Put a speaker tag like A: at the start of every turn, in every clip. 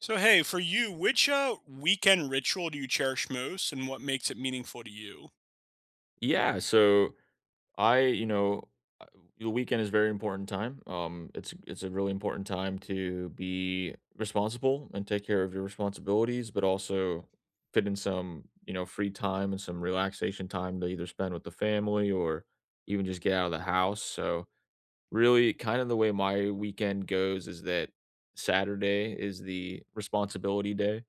A: So, hey, for you, which weekend ritual do you cherish most and what makes it meaningful to you?
B: Yeah, so I, you know, uh, the weekend is very important time. It's a really important time to be responsible and take care of your responsibilities, but also fit in some, free time and some relaxation time to either spend with the family or even just get out of the house. So really, kind of the way my weekend goes is that Saturday is the responsibility day.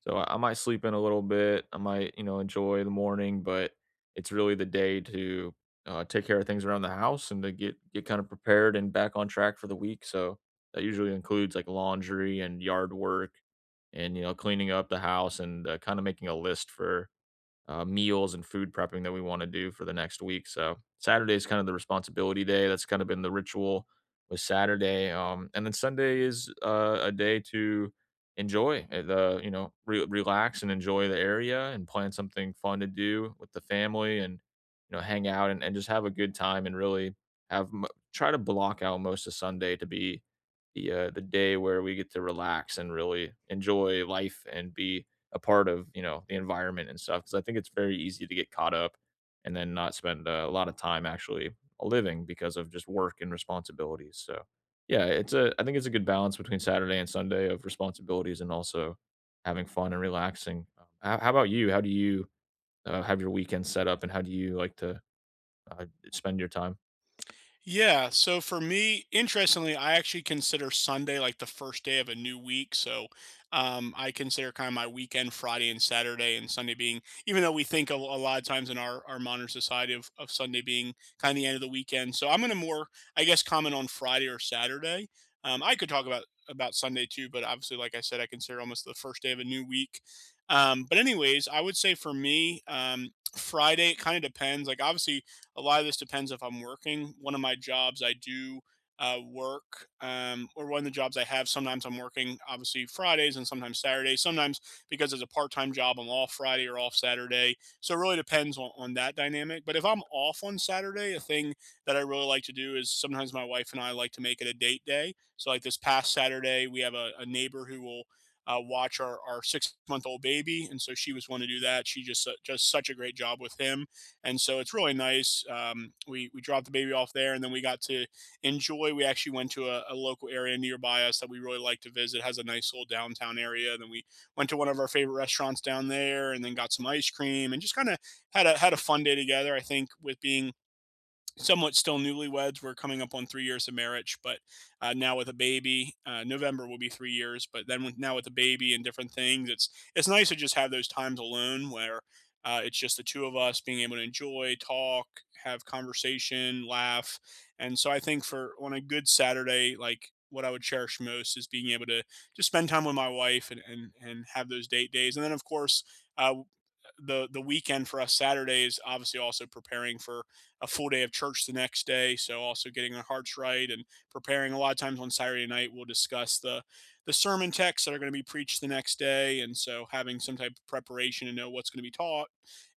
B: So I might sleep in a little bit. I might, enjoy the morning, but it's really the day to take care of things around the house and to get kind of prepared and back on track for the week. So that usually includes like laundry and yard work, and cleaning up the house and kind of making a list for meals and food prepping that we want to do for the next week. So Saturday is kind of the responsibility day. That's kind of been the ritual with Saturday. And then Sunday is a day to enjoy the, relax and enjoy the area and plan something fun to do with the family and, hang out and just have a good time and really have mo- try to block out most of Sunday to be the day where we get to relax and really enjoy life and be a part of you know the environment and stuff because I think it's very easy to get caught up and then not spend a lot of time actually living because of just work and responsibilities. So yeah, it's a I think it's a good balance between Saturday and Sunday of responsibilities and also having fun and relaxing. How about you? How do you have your weekend set up and how do you like to uh, spend your time?
A: Yeah, so for me, interestingly, I actually consider Sunday like the first day of a new week. So I consider kind of my weekend Friday and Saturday, and Sunday being, even though we think a lot of times in our modern society of Sunday being kind of the end of the weekend. So I'm going to more, I guess, comment on Friday or Saturday. I could talk about Sunday too, but obviously, like I said, I consider almost the first day of a new week. But anyways, I would say for me, Friday, it kind of depends. Like obviously a lot of this depends if I'm working. One of my jobs, I do work, or one of the jobs I have, sometimes I'm working obviously Fridays and sometimes Saturdays. Sometimes because it's a part time job, I'm off Friday or off Saturday. So it really depends on that dynamic. But if I'm off on Saturday, a thing that I really like to do is sometimes my wife and I like to make it a date day. So, like this past Saturday, we have a neighbor who will watch our 6 month old baby, and so she was one to do that. She just such a great job with him, and so it's really nice. We dropped the baby off there, and then we got to enjoy. We actually went to a local area nearby us that we really like to visit. It has a nice little downtown area. Then we went to one of our favorite restaurants down there, and then got some ice cream, and just kind of had a fun day together. I think with being somewhat still newlyweds. We're coming up on 3 years of marriage, but now with a baby, November will be 3 years. But then with, now with a baby and different things, it's nice to just have those times alone where it's just the two of us being able to enjoy, talk, have conversation, laugh. And so I think for on a good Saturday, like what I would cherish most is being able to just spend time with my wife and and have those date days. And then of course. Uh, the weekend for us Saturdays, obviously also preparing for a full day of church the next day. So also getting our hearts right and preparing. A lot of times on Saturday night, we'll discuss the sermon texts that are going to be preached the next day, and so having some type of preparation and know what's going to be taught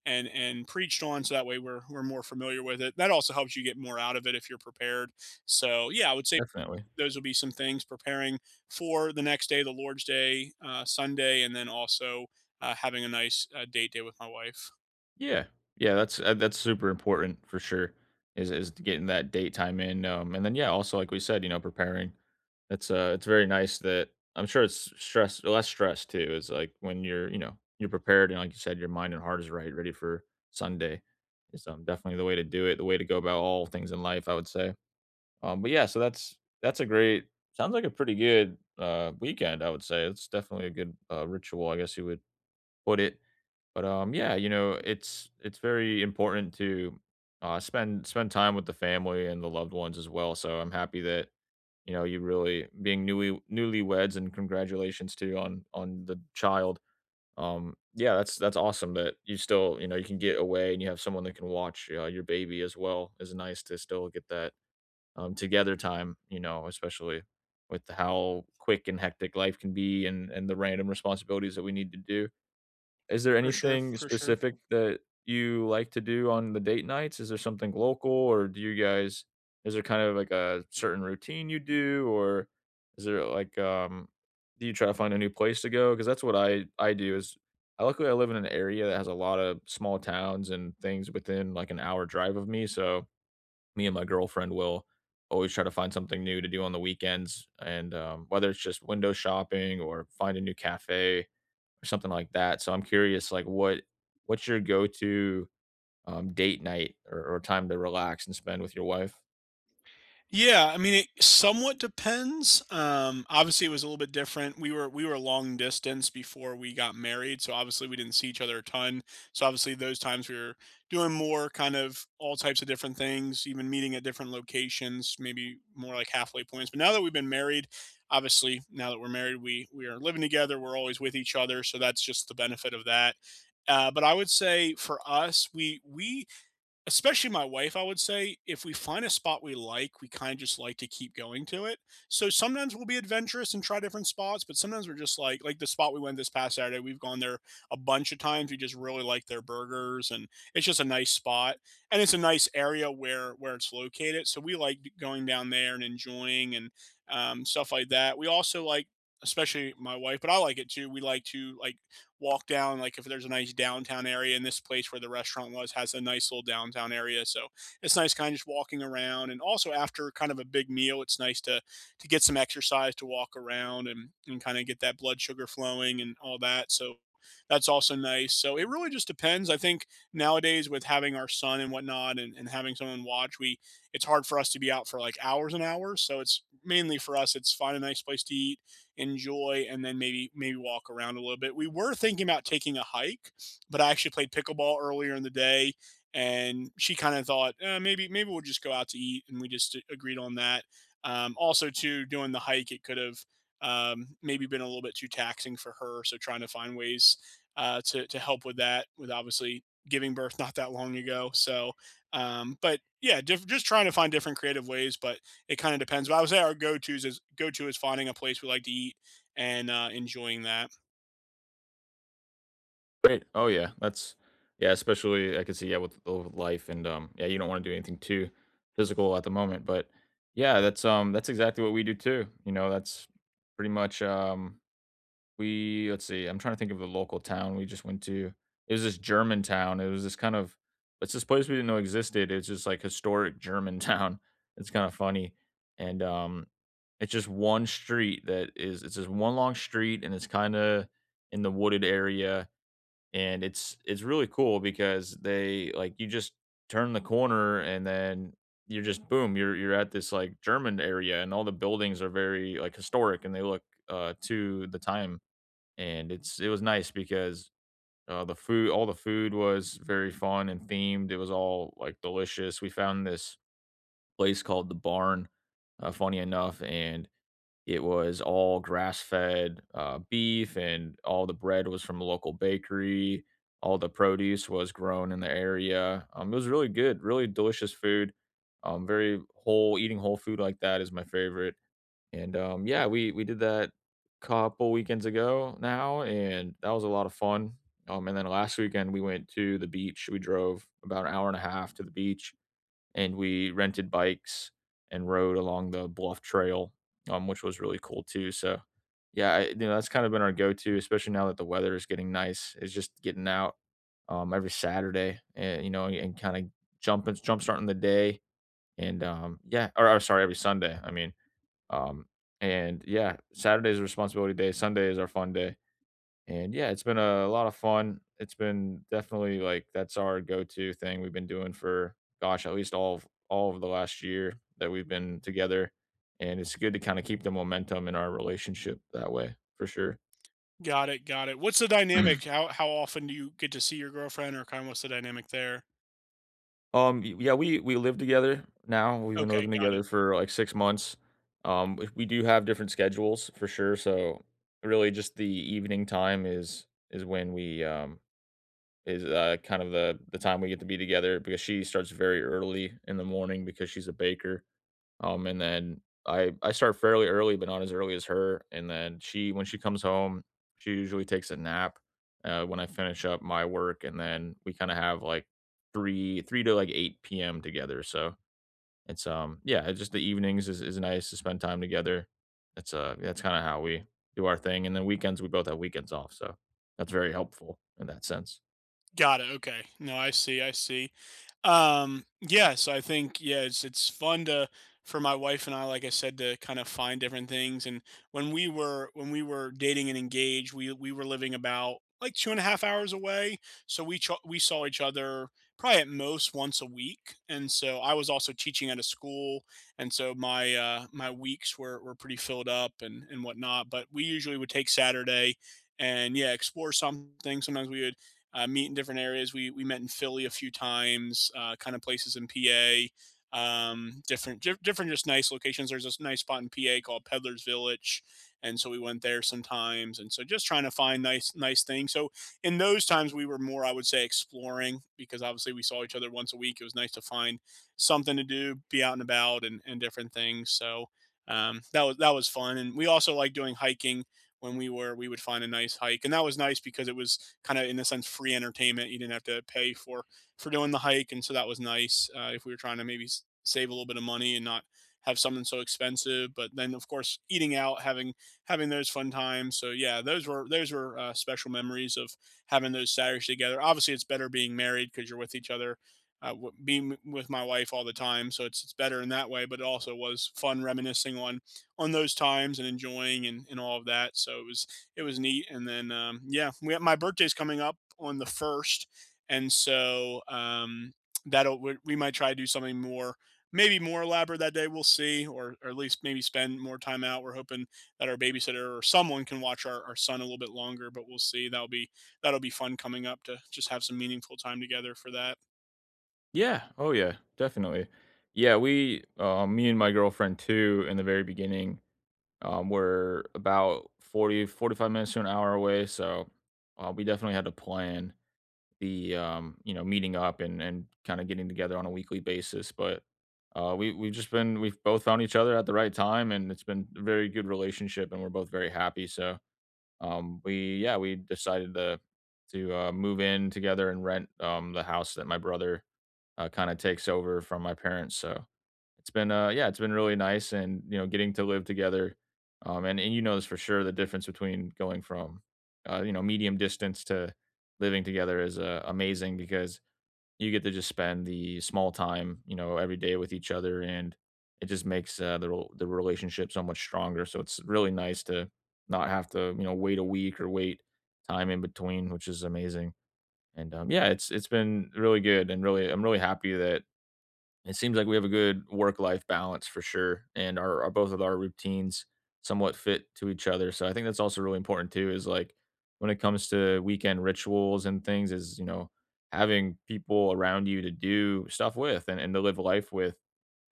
A: and preached on. So that way we're more familiar with it. That also helps you get more out of it if you're prepared. So yeah, I would say
B: Definitely.
A: those will be some things preparing for the next day, the Lord's Day, Sunday, and then also having a nice date day with my wife.
B: Yeah. Yeah, that's super important for sure is getting that date time in, and then, yeah, also, like we said, you know, preparing. It's very nice that I'm sure it's stress less stress too. Is like when you're, you know, you're prepared and like you said, your mind and heart is right, ready for Sunday is, definitely the way to do it, the way to go about all things in life, I would say. But yeah, so that's a great sounds like a pretty good, weekend, I would say. It's definitely a good, ritual, I guess you would put it. Yeah, you know, it's very important to, spend time with the family and the loved ones as well, so I'm happy that, you know, you really being newlyweds and congratulations to you on the child. Yeah, that's awesome that you still, you know, you can get away and you have someone that can watch, your baby as well. It's nice to still get that, together time, you know, especially with how quick and hectic life can be and the random responsibilities that we need to do. Is there
A: For sure,
B: anything
A: for sure.
B: specific that you like to do on the date nights? Is there something local, or do you guys is there kind of like a certain routine you do, or is there like, do you try to find a new place to go? Because that's what I do is I luckily I live in an area that has a lot of small towns and things within like an hour drive of me, so me and my girlfriend will always try to find something new to do on the weekends and, whether it's just window shopping or find a new cafe or something like that. So I'm curious, like what's your go to date night or time to relax and spend with your wife?
A: Yeah, I mean, it somewhat depends. Obviously, it was a little bit different. We were long distance before we got married, so obviously we didn't see each other a ton. So obviously those times we were doing more kind of all types of different things, even meeting at different locations, maybe more like halfway points. But now that we've been married, obviously now that we're married, we are living together. We're always with each other, so that's just the benefit of that. But I would say for us, we especially my wife, I would say, if we find a spot we like, we kind of just like to keep going to it. So sometimes we'll be adventurous and try different spots, but sometimes we're just like the spot we went this past Saturday, we've gone there a bunch of times. We just really like their burgers and it's just a nice spot. And it's a nice area where it's located. So we like going down there and enjoying and stuff like that. We also like especially my wife, but I like it too. We like to like walk down like if there's a nice downtown area and this place where the restaurant was has a nice little downtown area so it's nice kind of just walking around and also after kind of a big meal it's nice to get some exercise to walk around and kind of get that blood sugar flowing and all that so that's also nice so it really just depends I think nowadays with having our son and whatnot and having someone watch we it's hard for us to be out for like hours and hours so it's mainly for us it's find a nice place to eat enjoy, and then maybe walk around a little bit. We were thinking about taking a hike, but I actually played pickleball earlier in the day, and she kind of thought eh, maybe we'll just go out to eat, and we just agreed on that. Also, too, doing the hike, it could have maybe been a little bit too taxing for her, so trying to find ways to help with that, with obviously giving birth not that long ago. So, but yeah, just trying to find different creative ways, but it kind of depends. But I would say our go to is finding a place we like to eat and enjoying that.
B: Great. Oh yeah, that's yeah. Especially I can see yeah with life and yeah you don't want to do anything too physical at the moment, but yeah that's exactly what we do too. You know that's pretty much We let's see, I'm trying to think of the local town we just went to. It was this German town. It was this kind of it's this place we didn't know existed. It's just like historic German town. It's kind of funny. And It's just one street that is it's just one long street and it's kind of in the wooded area and it's really cool because they like you just turn the corner and then you're just boom you're at this like German area and all the buildings are very like historic and they look to the time and it was nice because the food, all the food was very fun and themed. It was all like delicious. We found this place called the Barn, funny enough, and it was all grass fed beef, and all the bread was from a local bakery. All the produce was grown in the area. It was really good, really delicious food. Very whole Eating whole food like that is my favorite. And, yeah, we did that couple weekends ago now, and that was a lot of fun. And then last weekend, we went to the beach. We drove about an hour and a half to the beach, and we rented bikes and rode along the bluff trail, which was really cool too. So, yeah, you know, that's kind of been our go-to, especially now that the weather is getting nice. Is just getting out every Saturday, and you know, and kind of jump starting the day, and yeah, or sorry, every Sunday. I mean. Um, and yeah, Saturday's responsibility day, Sunday is our fun day. And yeah, it's been a lot of fun. It's been definitely like that's our go-to thing we've been doing for gosh, at least all of the last year that we've been together. And it's good to kind of keep the momentum in our relationship that way for sure.
A: Got it, got it. What's the dynamic? How often do you get to see your girlfriend, or kind of what's the dynamic there?
B: Yeah, we live together now. We've been
A: Okay,
B: living
A: got
B: together
A: it,
B: for like 6 months. We do have different schedules for sure. So really, just the evening time is when we is, kind of the time we get to be together because she starts very early in the morning because she's a baker. And then I start fairly early, but not as early as her. And then she when she comes home, she usually takes a nap when I finish up my work, and then we kind of have like three to like eight p.m. together. So it's yeah, it's just the evenings is nice to spend time together. That's kind of how we do our thing, and then weekends we both have weekends off, so that's very helpful in that sense.
A: got it. Okay, no, I see, I see. Yeah, so I think yeah, it's fun to for my wife and I, like I said, to kind of find different things. And when we were dating and engaged, we were living about like two and a half hours away, so we saw each other probably at most once a week. And so I was also teaching at a school, and so my my weeks were pretty filled up and whatnot. But we usually would take Saturday and yeah, explore something. Sometimes we would meet in different areas. We met in Philly a few times, kind of places in PA. Different, just nice locations. There's this nice spot in PA called Peddler's Village, and so we went there sometimes. And so just trying to find nice things. So in those times, we were more, I would say, exploring because obviously we saw each other once a week. It was nice to find something to do, be out and about, and different things. So that was fun. And we also like doing hiking when we were. We would find a nice hike, and that was nice because it was kind of in a sense free entertainment. You didn't have to pay for doing the hike, and so that was nice. If we were trying to maybe save a little bit of money and not have something so expensive, but then of course eating out, having those fun times. So yeah, those were special memories of having those Saturdays together. Obviously, it's better being married because you're with each other. Being with my wife all the time, so it's better in that way. But it also was fun reminiscing on those times and enjoying and all of that. So it was neat. And then yeah, we have, my birthday's coming up on the first, and so that'll we might try to do something more. Maybe more elaborate that day. We'll see, or at least maybe spend more time out. We're hoping that our babysitter or someone can watch our son a little bit longer, but we'll see. That'll be fun coming up to just have some meaningful time together for that.
B: Yeah. Oh, yeah. Definitely. Yeah. Me and my girlfriend too, in the very beginning, were about 45 minutes to an hour away. So we, definitely had to plan the, you know, meeting up and kind of getting together on a weekly basis. But we, we've just been, we've both found each other at the right time and it's been a very good relationship and we're both very happy. So yeah, we decided to, move in together and rent the house that my brother kinda takes over from my parents, so yeah, it's been really nice and, you know, getting to live together, and you know this for sure, the difference between going from, you know, medium distance to living together is, amazing because you get to just spend the small time, you know, every day with each other, and it just makes, the relationship so much stronger, so it's really nice to not have to, you know, wait a week or wait time in between, which is amazing, and, yeah, it's been really good and really I'm really happy that, it seems like we have a good work life balance for sure, and our both of our routines somewhat fit to each other. So I think that's also really important too. Is like when it comes to weekend rituals and things, is you know having people around you to do stuff with and to live life with.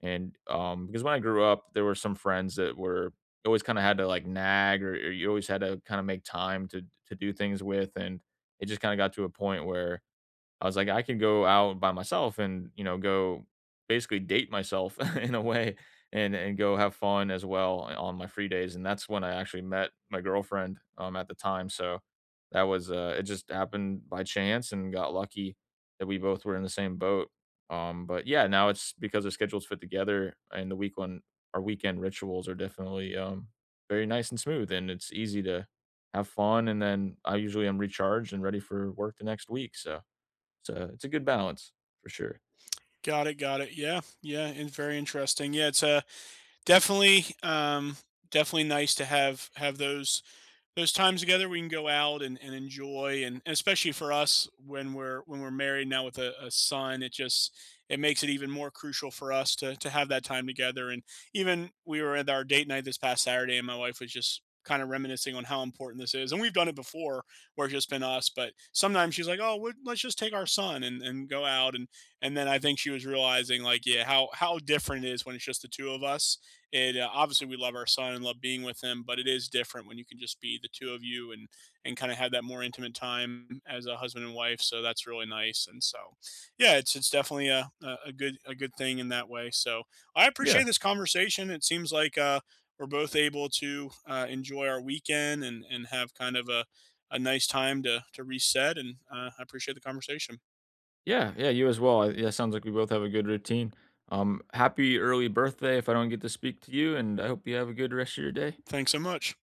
B: And because when I grew up, there were some friends that were you always kind of had to like nag, or you always had to kind of make time to do things with, and it just kind of got to a point where I was like, I can go out by myself and, you know, go basically date myself in a way and go have fun as well on my free days. And that's when I actually met my girlfriend at the time. So that was it just happened by chance and got lucky that we both were in the same boat. But yeah, now it's because our schedules fit together and the week one our weekend rituals are definitely very nice and smooth and it's easy to have fun and then I usually am recharged and ready for work the next week. So it's a good balance for sure.
A: Got it, got it. Yeah, yeah, and very interesting. Yeah, it's definitely definitely nice to have those times together we can go out and enjoy and especially for us when we're married now with a son it just it makes it even more crucial for us to have that time together and even we were at our date night this past Saturday and my wife was just kind of reminiscing on how important this is and we've done it before where it's just been us but sometimes she's like oh we let's just take our son and go out and then I think she was realizing like yeah how different it is when it's just the two of us it obviously we love our son and love being with him, but it is different when you can just be the two of you and kind of have that more intimate time as a husband and wife. So that's really nice. And so, yeah, it's definitely a good thing in that way. So I
B: Yeah,
A: appreciate this conversation. It seems like we're both able to enjoy our weekend and have kind of a nice time to reset. And I appreciate the conversation.
B: yeah. You as well. I- Yeah, sounds like we both have a good routine. Happy early birthday if I don't get to speak to you, and I hope you have a good rest of your day.
A: Thanks so much.